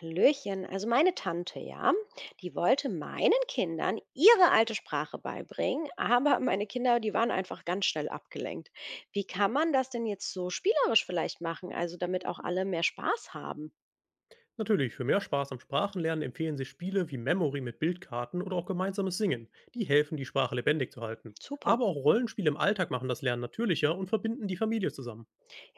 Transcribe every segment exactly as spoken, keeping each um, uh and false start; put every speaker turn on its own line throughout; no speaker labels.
Hallöchen, also meine Tante, ja, die wollte meinen Kindern ihre alte Sprache beibringen, aber meine Kinder, die waren einfach ganz schnell abgelenkt. Wie kann man das denn jetzt so spielerisch vielleicht machen, also damit auch alle mehr Spaß haben?
Natürlich, für mehr Spaß am Sprachenlernen empfehlen sich Spiele wie Memory mit Bildkarten oder auch gemeinsames Singen. Die helfen, die Sprache lebendig zu halten.
Super.
Aber auch Rollenspiele im Alltag machen das Lernen natürlicher und verbinden die Familie zusammen.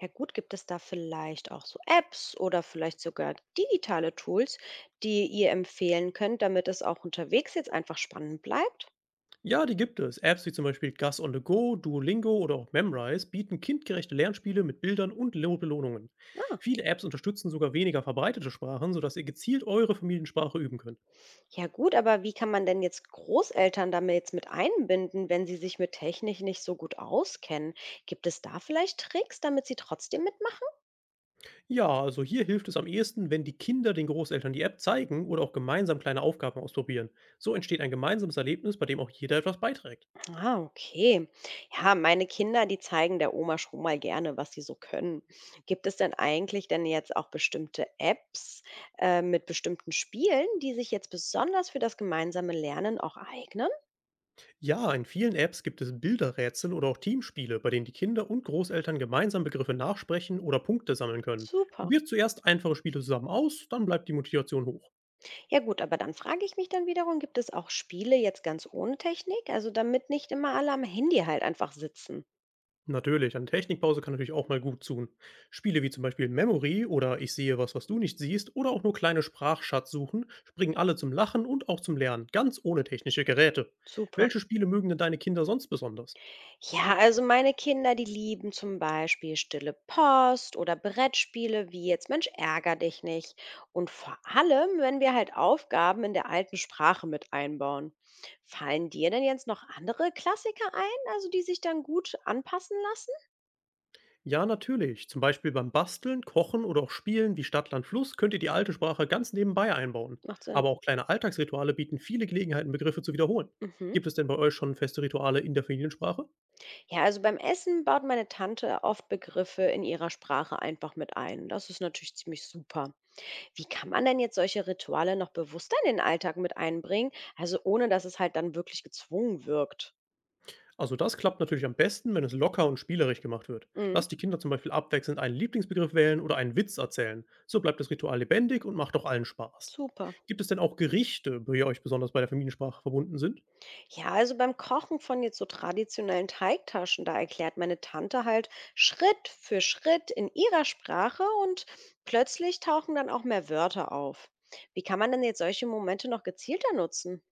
Ja gut, gibt es da vielleicht auch so Apps oder vielleicht sogar digitale Tools, die ihr empfehlen könnt, damit es auch unterwegs jetzt einfach spannend bleibt?
Ja, die gibt es. Apps wie zum Beispiel Gus on the Go, Duolingo oder auch Memrise bieten kindgerechte Lernspiele mit Bildern und Lo- Belohnungen.
Ah.
Viele Apps unterstützen sogar weniger verbreitete Sprachen, sodass ihr gezielt eure Familiensprache üben könnt.
Ja gut, aber wie kann man denn jetzt Großeltern damit jetzt mit einbinden, wenn sie sich mit Technik nicht so gut auskennen? Gibt es da vielleicht Tricks, damit sie trotzdem mitmachen?
Ja, also hier hilft es am ehesten, wenn die Kinder den Großeltern die App zeigen oder auch gemeinsam kleine Aufgaben ausprobieren. So entsteht ein gemeinsames Erlebnis, bei dem auch jeder etwas beiträgt.
Ah, okay. Ja, meine Kinder, die zeigen der Oma schon mal gerne, was sie so können. Gibt es denn eigentlich denn jetzt auch bestimmte Apps äh, mit bestimmten Spielen, die sich jetzt besonders für das gemeinsame Lernen auch eignen?
Ja, in vielen Apps gibt es Bilderrätsel oder auch Teamspiele, bei denen die Kinder und Großeltern gemeinsam Begriffe nachsprechen oder Punkte sammeln können.
Super.
Probiert zuerst einfache Spiele zusammen aus, dann bleibt die Motivation hoch.
Ja gut, aber dann frage ich mich dann wiederum, gibt es auch Spiele jetzt ganz ohne Technik? Also damit nicht immer alle am Handy halt einfach sitzen.
Natürlich, eine Technikpause kann natürlich auch mal gut tun. Spiele wie zum Beispiel Memory oder Ich sehe was, was du nicht siehst oder auch nur kleine Sprachschatzsuchen springen alle zum Lachen und auch zum Lernen, ganz ohne technische Geräte.
Super.
Welche Spiele mögen denn deine Kinder sonst besonders?
Ja, also meine Kinder, die lieben zum Beispiel Stille Post oder Brettspiele wie jetzt Mensch, ärger dich nicht. Und vor allem, wenn wir halt Aufgaben in der alten Sprache mit einbauen. Fallen dir denn jetzt noch andere Klassiker ein, also die sich dann gut anpassen lassen?
Ja, natürlich. Zum Beispiel beim Basteln, Kochen oder auch Spielen wie Stadt, Land, Fluss könnt ihr die alte Sprache ganz nebenbei einbauen.
Macht Sinn.
Aber auch kleine Alltagsrituale bieten viele Gelegenheiten, Begriffe zu wiederholen.
Mhm.
Gibt es denn bei euch schon feste Rituale in der Familiensprache?
Ja, also beim Essen baut meine Tante oft Begriffe in ihrer Sprache einfach mit ein. Das ist natürlich ziemlich super. Wie kann man denn jetzt solche Rituale noch bewusster in den Alltag mit einbringen? Also ohne, dass es halt dann wirklich gezwungen wirkt.
Also das klappt natürlich am besten, wenn es locker und spielerisch gemacht wird.
Mhm.
Lasst die Kinder zum Beispiel abwechselnd einen Lieblingsbegriff wählen oder einen Witz erzählen. So bleibt das Ritual lebendig und macht auch allen Spaß.
Super.
Gibt es denn auch Gerichte, die euch besonders bei der Familiensprache verbunden sind?
Ja, also beim Kochen von jetzt so traditionellen Teigtaschen, da erklärt meine Tante halt Schritt für Schritt in ihrer Sprache und plötzlich tauchen dann auch mehr Wörter auf. Wie kann man denn jetzt solche Momente noch gezielter nutzen?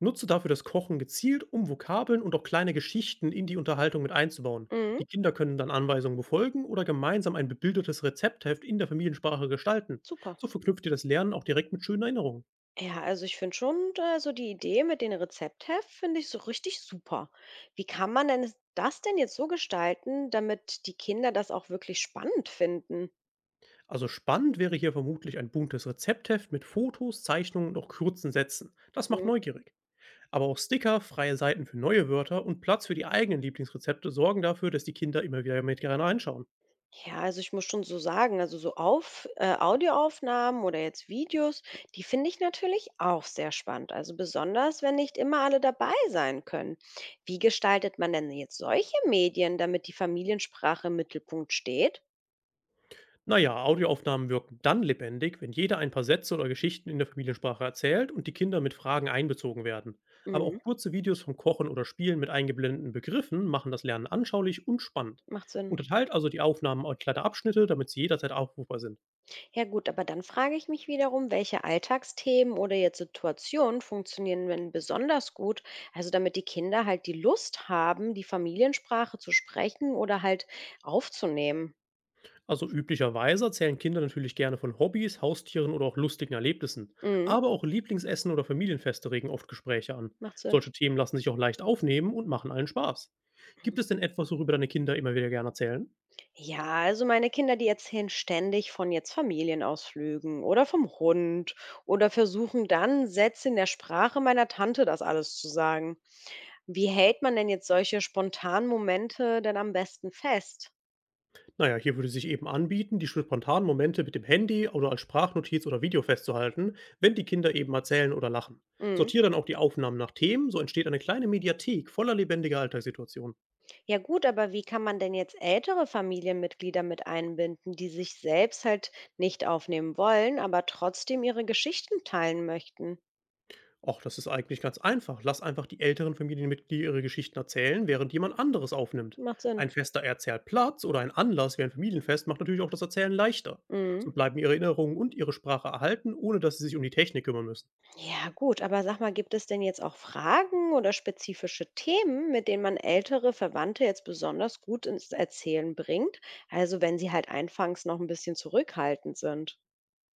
Nutze dafür das Kochen gezielt, um Vokabeln und auch kleine Geschichten in die Unterhaltung mit einzubauen.
Mhm.
Die Kinder können dann Anweisungen befolgen oder gemeinsam ein bebildertes Rezeptheft in der Familiensprache gestalten.
Super.
So verknüpft ihr das Lernen auch direkt mit schönen Erinnerungen.
Ja, also ich finde schon, äh, so die Idee mit den Rezeptheft finde ich so richtig super. Wie kann man denn es- das denn jetzt so gestalten, damit die Kinder das auch wirklich spannend finden?
Also spannend wäre hier vermutlich ein buntes Rezeptheft mit Fotos, Zeichnungen und auch kurzen Sätzen. Das macht
Mhm.
neugierig. Aber auch Sticker, freie Seiten für neue Wörter und Platz für die eigenen Lieblingsrezepte sorgen dafür, dass die Kinder immer wieder mit gerne reinschauen.
Ja, also ich muss schon so sagen, also so auf äh, Audioaufnahmen oder jetzt Videos, die finde ich natürlich auch sehr spannend. Also besonders, wenn nicht immer alle dabei sein können. Wie gestaltet man denn jetzt solche Medien, damit die Familiensprache im Mittelpunkt steht?
Naja, Audioaufnahmen wirken dann lebendig, wenn jeder ein paar Sätze oder Geschichten in der Familiensprache erzählt und die Kinder mit Fragen einbezogen werden. Aber
Mhm.
auch kurze Videos vom Kochen oder Spielen mit eingeblendeten Begriffen machen das Lernen anschaulich und spannend.
Macht Sinn.
Unterteilt also die Aufnahmen in kleine Abschnitte, damit sie jederzeit aufrufbar sind.
Ja gut, aber dann frage ich mich wiederum, welche Alltagsthemen oder jetzt Situationen funktionieren denn besonders gut, also damit die Kinder halt die Lust haben, die Familiensprache zu sprechen oder halt aufzunehmen.
Also üblicherweise erzählen Kinder natürlich gerne von Hobbys, Haustieren oder auch lustigen Erlebnissen.
Mhm,
Aber auch Lieblingsessen oder Familienfeste regen oft Gespräche an.
macht Sinn.
Solche Themen lassen sich auch leicht aufnehmen und machen allen Spaß. Gibt es denn etwas, worüber deine Kinder immer wieder gerne erzählen?
Ja, also meine Kinder, die erzählen ständig von jetzt Familienausflügen oder vom Hund oder versuchen dann, Sätze in der Sprache meiner Tante das alles zu sagen. Wie hält man denn jetzt solche spontanen Momente denn am besten fest?
Naja, hier würde sich eben anbieten, die spontanen Momente mit dem Handy oder als Sprachnotiz oder Video festzuhalten, wenn die Kinder eben erzählen oder lachen.
Mhm.
Sortiere dann auch die Aufnahmen nach Themen, so entsteht eine kleine Mediathek voller lebendiger Alltagssituationen.
Ja gut, aber wie kann man denn jetzt ältere Familienmitglieder mit einbinden, die sich selbst halt nicht aufnehmen wollen, aber trotzdem ihre Geschichten teilen möchten?
Och, das ist eigentlich ganz einfach. Lass einfach die älteren Familienmitglieder ihre Geschichten erzählen, während jemand anderes aufnimmt.
Macht Sinn.
Ein fester Erzählplatz oder ein Anlass wie ein Familienfest macht natürlich auch das Erzählen leichter.
Mhm.
So bleiben ihre Erinnerungen und ihre Sprache erhalten, ohne dass sie sich um die Technik kümmern müssen.
Ja gut, aber sag mal, gibt es denn jetzt auch Fragen oder spezifische Themen, mit denen man ältere Verwandte jetzt besonders gut ins Erzählen bringt? Also wenn sie halt anfangs noch ein bisschen zurückhaltend sind.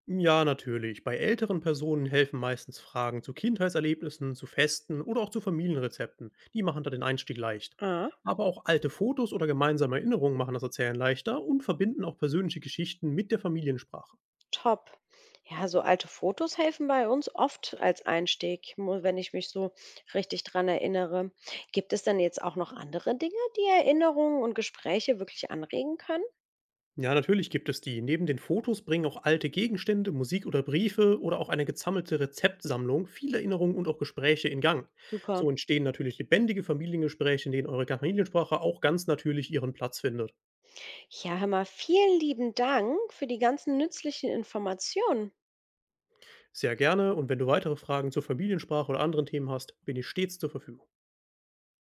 Ja, natürlich. Bei älteren Personen helfen meistens Fragen zu Kindheitserlebnissen, zu Festen oder auch zu Familienrezepten. Die machen da den Einstieg leicht.
Ah.
Aber auch alte Fotos oder gemeinsame Erinnerungen machen das Erzählen leichter und verbinden auch persönliche Geschichten mit der Familiensprache.
Top. Ja, so alte Fotos helfen bei uns oft als Einstieg, mu- wenn ich mich so richtig dran erinnere. Gibt es denn jetzt auch noch andere Dinge, die Erinnerungen und Gespräche wirklich anregen können?
Ja, natürlich gibt es die. Neben den Fotos bringen auch alte Gegenstände, Musik oder Briefe oder auch eine gesammelte Rezeptsammlung viele Erinnerungen und auch Gespräche in Gang.
Super.
So entstehen natürlich lebendige Familiengespräche, in denen eure Familiensprache auch ganz natürlich ihren Platz findet.
Ja, hör mal, vielen lieben Dank für die ganzen nützlichen Informationen.
Sehr gerne und wenn du weitere Fragen zur Familiensprache oder anderen Themen hast, bin ich stets zur Verfügung.